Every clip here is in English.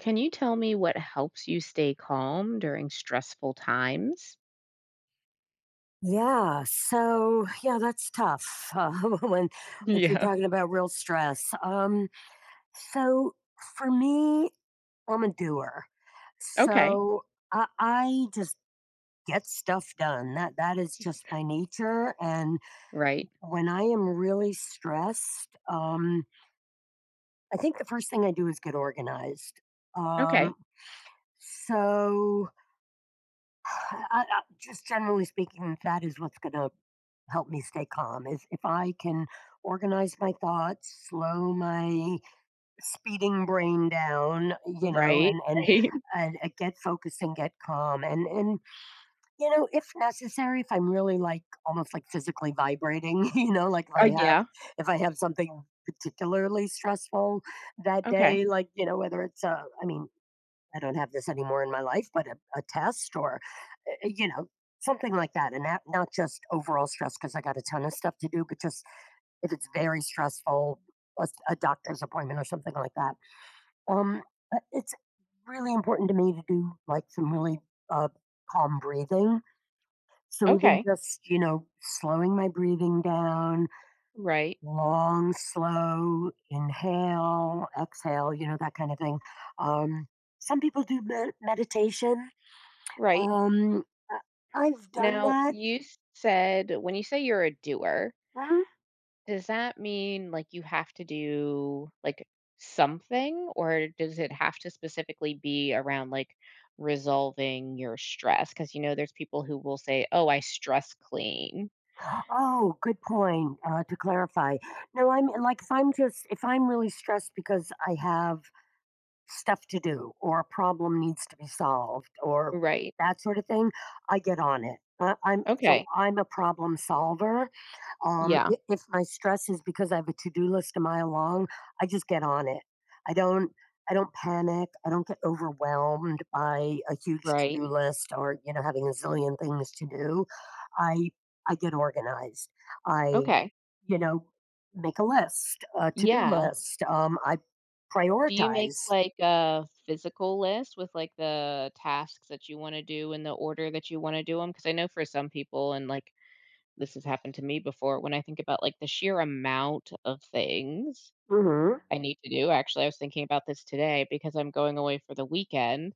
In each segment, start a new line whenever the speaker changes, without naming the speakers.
Can you tell me what helps you stay calm during stressful times?
Yeah, so yeah, that's tough, when if you're
Yeah.
talking about real stress. So for me, I'm a doer.
Okay.
So I just get stuff done. That is just my nature, and
Right.
when I am really stressed, I think the first thing I do is get organized. Um,
Okay.
so just generally speaking, that is what's going to help me stay calm is if I can organize my thoughts, slow my speeding brain down, you know,
Right.
and and
Right.
and uh, get focused and get calm, and if necessary, if I'm really like almost like physically vibrating, you know, like if I
Uh,
have
yeah.
if I have something particularly stressful that
Okay.
day, like you know, whether it's a, I mean. I don't have this anymore in my life, but a test or uh, you know, something like that, and that not just overall stress because I got a ton of stuff to do, but just if it's very stressful, a doctor's appointment or something like that. Um, it's really important to me to do, like, some really, uh, calm breathing. So even
Okay.
just, you know, slowing my breathing down,
Right.
long, slow inhale, exhale, you know, that kind of thing. Um, some people do meditation.
Right.
Um, uh, I've done
Now,
that.
you said when you say you're a doer,
Mm.
does that mean like you have to do like something or does it have to specifically be around like resolving your stress? Because there's people who will say, oh, I stress clean.
Oh, good point, to clarify. No, I'm like, if I'm really stressed because I have stuff to do or a problem needs to be solved or
Right.
that sort of thing, I get on it. I, I'm so
Okay.
I'm a problem solver.
Yeah,
I if my stress is because I have a to-do list a mile long, I just get on it. I don't I don't panic. I don't get overwhelmed by a huge
right.
to-do list or, you know, having a zillion things to do. I I get organized. I,
Okay.
you know, make a list, a to-do
Yeah.
list. I
Do you make
prioritize.
like a physical list with like the tasks that you want to do in the order that you want to do them? Because I know for some people, and like this has happened to me before, when I think about like the sheer amount of things
Mhm.
I need to do. Actually, I was thinking about this today because I'm going away for the weekend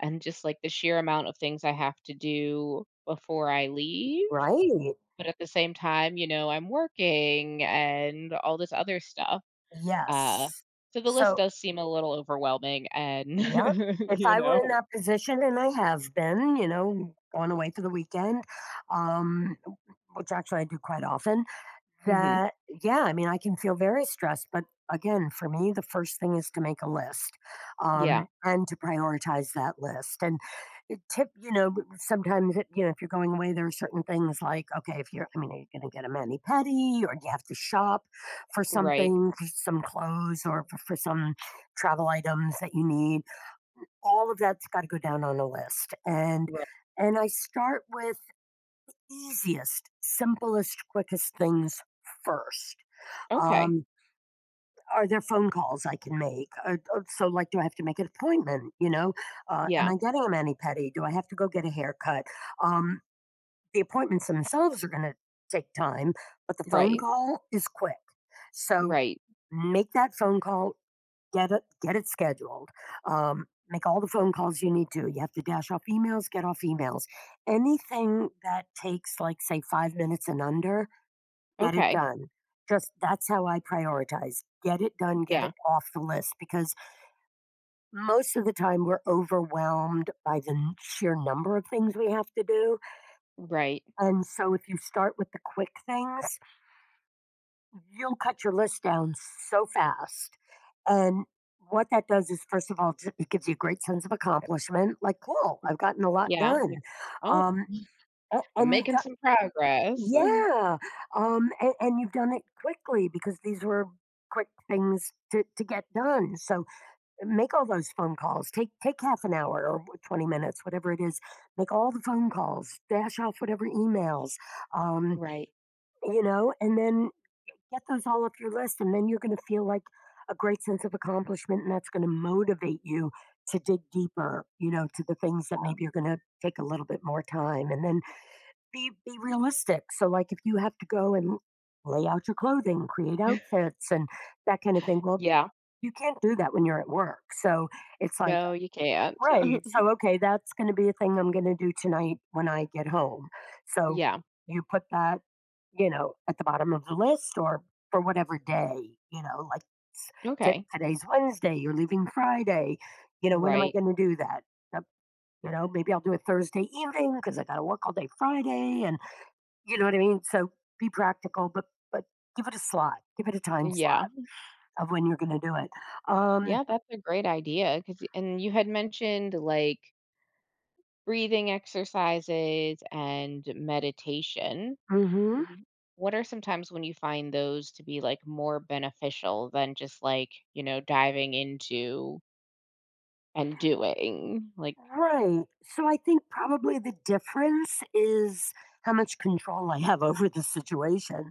and just like the sheer amount of things I have to do before I leave.
Right.
But at the same time, I'm working and all this other stuff. Uh,
Yes.
so the list
So.
does seem a little overwhelming and,
Yep. If
you
I were in
know
that position, and I have been, you know, gone away for the weekend, um, which actually I do quite often,
Mhm.
that, yeah, I mean, I can feel very stressed. But again, for me, the first thing is to make a list
Yeah.
and to prioritize that list. And it tip, you know, b- sometimes, if you're going away, there are certain things like, okay, if you're, I mean, are you going to get a mani pedi or do you have to shop for
Right.
something, for some clothes or for some travel items that you need? All of that's got to go down on a list,
Right.
and I start with easiest, simplest, quickest things first.
Okay.
um are there phone calls I can make? So, like, do I have to make an appointment? You know, am
Yeah.
I getting a mani pedi? Do I have to go get a haircut? um the appointments themselves are going to take time, but the phone
Right.
call is quick. So
Right.
make that phone call, get it scheduled. Make all the phone calls you need to. You have to dash off emails, get off emails, anything that takes like, say, 5 minutes and under, get it
Okay.
done. Just that's how I prioritize: get it done, get
Yeah.
it off the list, because most of the time we're overwhelmed by the sheer number of things we have to do.
Right.
And so if you start with the quick things, you'll cut your list down so fast. And what that does is, first of all, it gives you a great sense of accomplishment. Like, cool, I've gotten a lot
Yeah.
done.
Like, "Oh,
Um,
I'm
and you've
making
done,
some progress."
yeah. And you've done it quickly because these were quick things to get done. So make all those phone calls. Take half an hour or 20 minutes, whatever it is. Make all the phone calls, dash off whatever emails, um,
Right.
and then get those all off your list, and then you're going to feel like a great sense of accomplishment, and that's going to motivate you to dig deeper, you know, to the things that maybe you are going to take a little bit more time. And then be realistic. So, like, if you have to go and lay out your clothing, create outfits, and that kind of thing, well,
Yeah.
you can't do that when you're at work. So it's like.
No, you can't.
Right, so, okay, that's gonna be a thing I'm gonna do tonight when I get home. So
Yeah.
you put that, at the bottom of the list or for whatever day, you know, like, s
Okay.
today's Wednesday, you're leaving Friday, you know, when am I
Right.
gonna do that? Yep, you know, maybe I'll do it Thursday evening because I gotta work all day Friday and you know what I mean? So, be practical, but give it a slot, give it a time
Yeah.
slot of when you're gonna do it. Um
Yeah, that's a great idea, because and you had mentioned, like, breathing exercises and meditation.
Mhm.
W what are some times when you find those to be, like, more beneficial than just, like, diving into and doing? Like
Right. So I think probably the difference is how much control I have over the situation.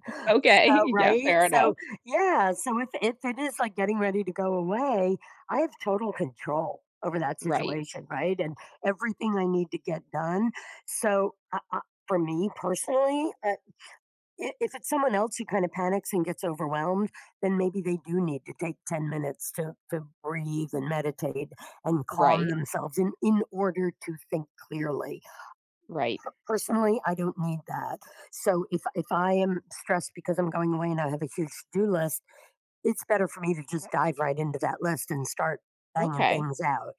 So,
okay, yeah,
right?
fair enough.
So, yeah. So if it is like getting ready to go away, I have total control over that
Right,
situation, right? And everything I need to get done. So, for me personally, if it's someone else who kind of panics and gets overwhelmed, then maybe they do need to take 10 minutes to breathe and meditate and calm
right,
themselves in order to think clearly.
right.
Personally, I don't need that. So if I am stressed because I'm going away and I have a huge to do list, it's better for me to just dive right into that list and start banging
Okay.
things out.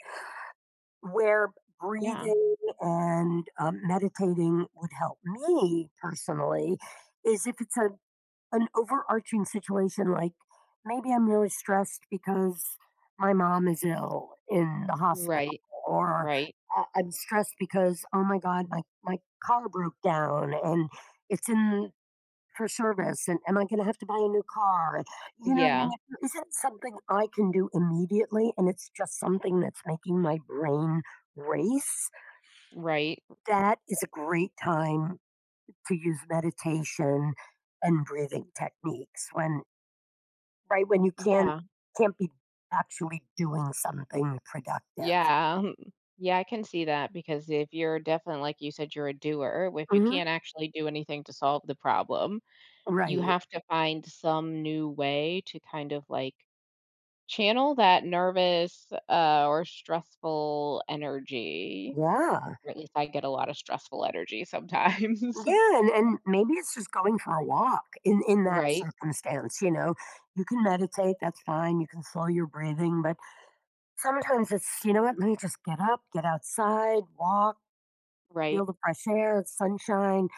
Where
Yeah.
breathing and meditating would help me personally is if it's a an overarching situation, like, maybe I'm really stressed because my mom is ill in the hospital,
Right,
or
right.
I'm stressed because, oh my god, my car broke down and it's in for service, and am I gonna have to buy a new car? You know what I mean?
Yeah.
It isn't something I can do immediately, and it's just something that's making my brain race.
Right.
That is a great time to use meditation and breathing techniques when. Right, when you can't
Yeah.
can't be actually doing something productive.
Yeah, yeah, I can see that because if you're definitely like you said, you're a doer, if you
Mhm,
can't actually do anything to solve the problem, you
right.
have to find some new way to kind of, like channel that nervous, or stressful energy,
Yeah.
or at least I get a lot of stressful energy sometimes.
Yeah, and maybe it's just going for a walk in that
Right,
circumstance, you know? You can meditate, that's fine, you can slow your breathing, but sometimes it's, "You know what? Let me just get up, get outside, walk,
right.
feel the fresh air, sunshine."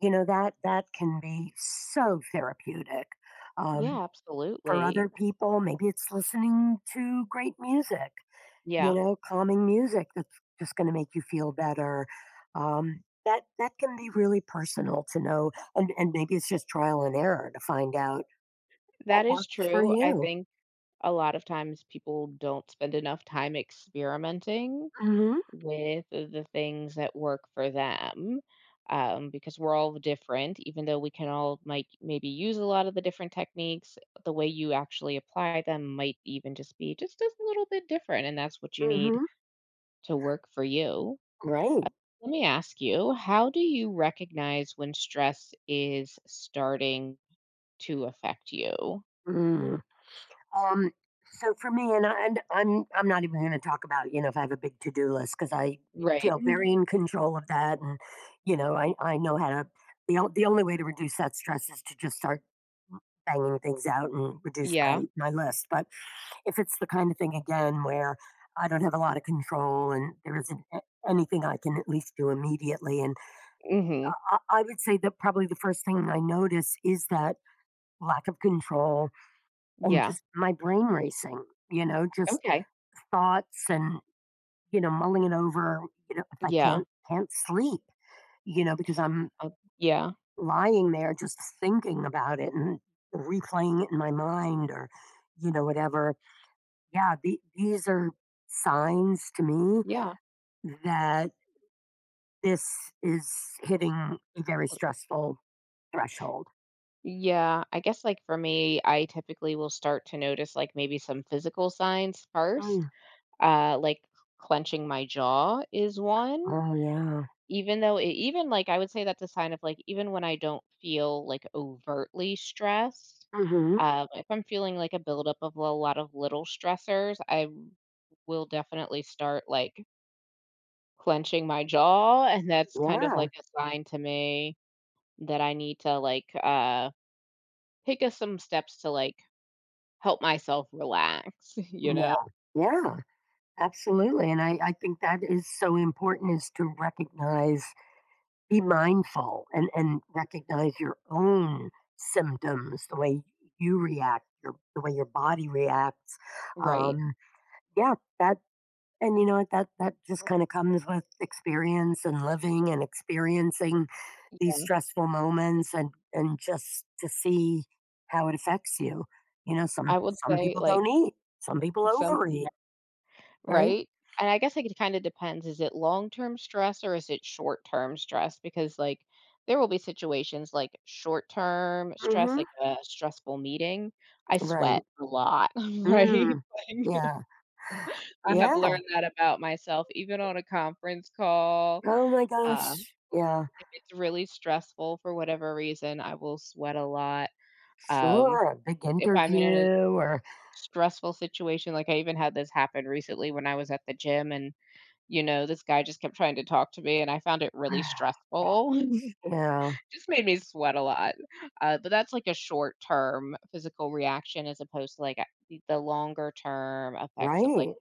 You know, that that can be so therapeutic. Um,
Yeah,
for
absolutely.
other people, maybe it's listening to great music. You
Yeah,
know, calming music that's just going to make you feel better. That can be really personal to know, and maybe it's just trial and error to find out
that
what
is
works for
true. I
you.
think a lot of times people don't spend enough time experimenting
Mm-hmm.
with the things that work for them, because we're all different, even though we can all might maybe use a lot of the different techniques, the way you actually apply them might even just be just a little bit different, and that's what you need
Mm-hmm.
to work for you.
Right.
Let me ask you, how do you recognize when stress is starting to affect you?
Mm. Um. So for me, and I'm not even going to talk about you know if I have a big to do list because I
Right.
feel very in control of that, and you know I know how to. The only way to reduce that stress is to just start banging things out and reduce
Yeah.
my list, but if it's the kind of thing again where I don't have a lot of control and there isn't anything I can at least do immediately. And
Mhm.
I would say that probably the first thing I notice is that lack of control and
Yeah.
just my brain racing, you know, just
Okay.
thoughts and, you know, mulling it over, you know, if I
Yeah.
can't sleep, you know, because I'm
Uh, yeah.
lying there just thinking about it and replaying it in my mind or, you know, whatever. Yeah, these are signs to me
Yeah.
that this is hitting a very stressful threshold.
Yeah, I guess like for me, I typically will start to notice like maybe some physical signs first.
Mm.
Like clenching my jaw is one,
Oh, yeah.
even though it, even like I would say that's a sign of like even when I don't feel like overtly stressed.
Hmm.
If I'm feeling like a buildup of a lot of little stressors, I will definitely start like clenching my jaw, and that's kind of
Yeah,
like a sign to me that I need to like take us some steps to like help myself relax, you know?
yeah, yeah, absolutely. And I think that is so important is to recognize, be mindful, and recognize your own symptoms, the way you react, the way your body reacts.
Right.
Um, yeah, that. And you know what? That that just kind of comes with experience and living and experiencing these stressful moments and just to see how it affects you. You know, some
I would
some
say,
people
like,
don't eat, some people
some
overeat, right?
right? And I guess, like, it kinda depends, is it long-term stress or is it short-term stress? Because, like, there will be situations like short-term stress,
Mhm.
like a stressful meeting, I
Right.
sweat a lot, right?
Mm. Yeah.
Like, I have
Yeah.
learned that about myself even on a conference call.
Oh my
Uh,
gosh. Yeah.
if it's really stressful for whatever reason, I will sweat a lot. Um,
Sure. A big
if I'm in an
interview or
stressful situation, like, I even had this happen recently when I was at the gym and, this guy just kept trying to talk to me and I found it really
gosh.
stressful.
Yeah.
Just made me sweat a lot. But that's like a short term physical reaction as opposed to like the longer term effects of like,
Right.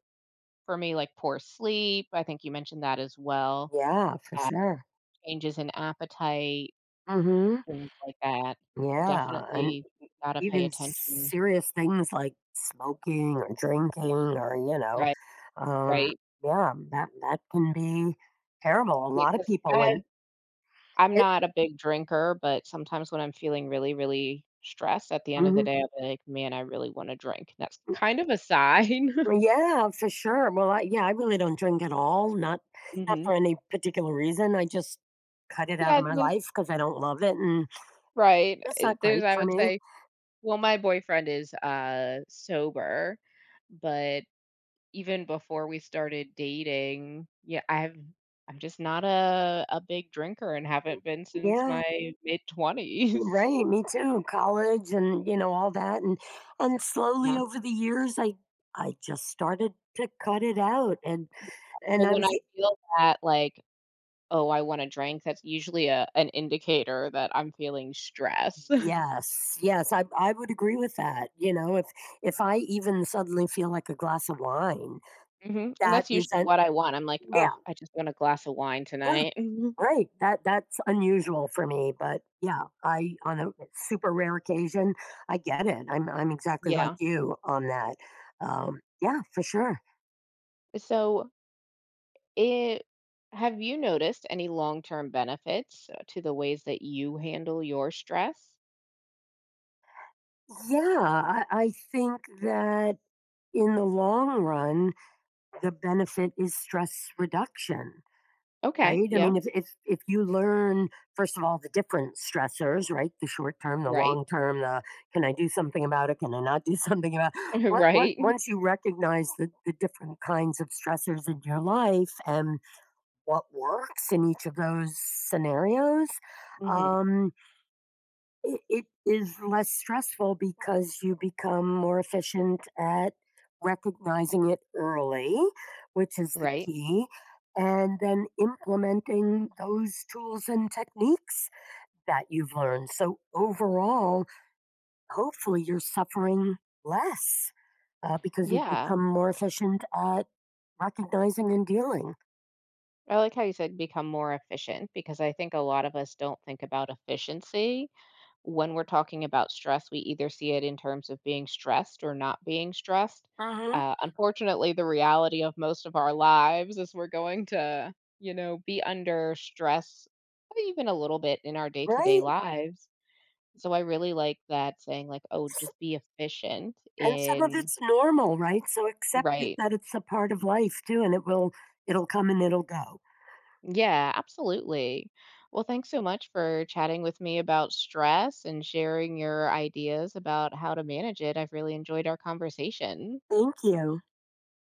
for me, like poor sleep. I think you mentioned that as well.
Yeah, for
Uh,
sure.
changes in appetite,
Mhm.
things like that.
Yeah, and
Definitely got to pay
even
attention.
serious things like smoking or drinking or, you know,
Right.
um,
Right.
yeah, that can be terrible. A lot of
Because
people when
I'm
it.
not a big drinker, but sometimes when I'm feeling really, really stressed at the end of the
Mhm.
day, I'll be like, "Man, I really wanna drink." And that's kind of a sign.
Yeah, for sure. Well, I, yeah, I really don't drink at all, not not
Mhm.
for any particular reason. I just cut it out
Yeah,
of my
the
life because I don't love it and
right.
it's
Eh,
not
there's
great
I
for
would
me.
say well, my boyfriend is, sober, but even before we started dating, yeah, I've I'm just not a big drinker and haven't been since
Yeah.
my mid-20s.
Right, me too. College and you know all that and slowly
Yeah.
over the years I just started to cut it out and
Yeah.
and
So
I
when
was
I
e-
feel that, like "Oh, I want a drink," that's usually a an indicator that I'm feeling stress.
yes, yes, I would agree with that. You know, if I even suddenly feel like a glass of wine,
Mhm, and
that
that's usually
isn't.
what I want. I'm like, "Oh,
Yeah,
I just want a glass of wine
yeah,
tonight."
right. That's unusual for me, but yeah, I on a super rare occasion, I get it. I'm exactly like
Yeah.
you on that. Yeah, for sure.
So, it have you noticed any long-term benefits to the ways that you handle your stress?
Yeah, I think that in the long run, the benefit is stress reduction,
Okay,
right? I
yeah,
mean, if you learn, first of all, the different stressors, right? The short term, the
right,
long term, the can I do something about it? Can I not do something about it? What,
right,
once you recognize the different kinds of stressors in your life and what works in each of those scenarios,
mhm,
um, it is less stressful because you become more efficient at recognizing it early, which is the
right.
key, and then implementing those tools and techniques that you've learned. So overall, hopefully you're suffering less, because you've
Yeah,
become more efficient at recognizing and dealing.
I like how you said become more efficient because I think a lot of us don't think about efficiency when we're talking about stress, we either see it in terms of being stressed or not being stressed.
Mhm.
Unfortunately, the reality of most of our lives is we're going to, be under stress even a little bit in our day to day
Right,
lives. So I really like that saying, like, oh, just be efficient
and some of
in,
it's normal, right? So accept it
right?
that it's a part of life too, and it'll come and it'll go.
Yeah, absolutely. Well, thanks so much for chatting with me about stress and sharing your ideas about how to manage it. I've really enjoyed our conversation.
Thank you.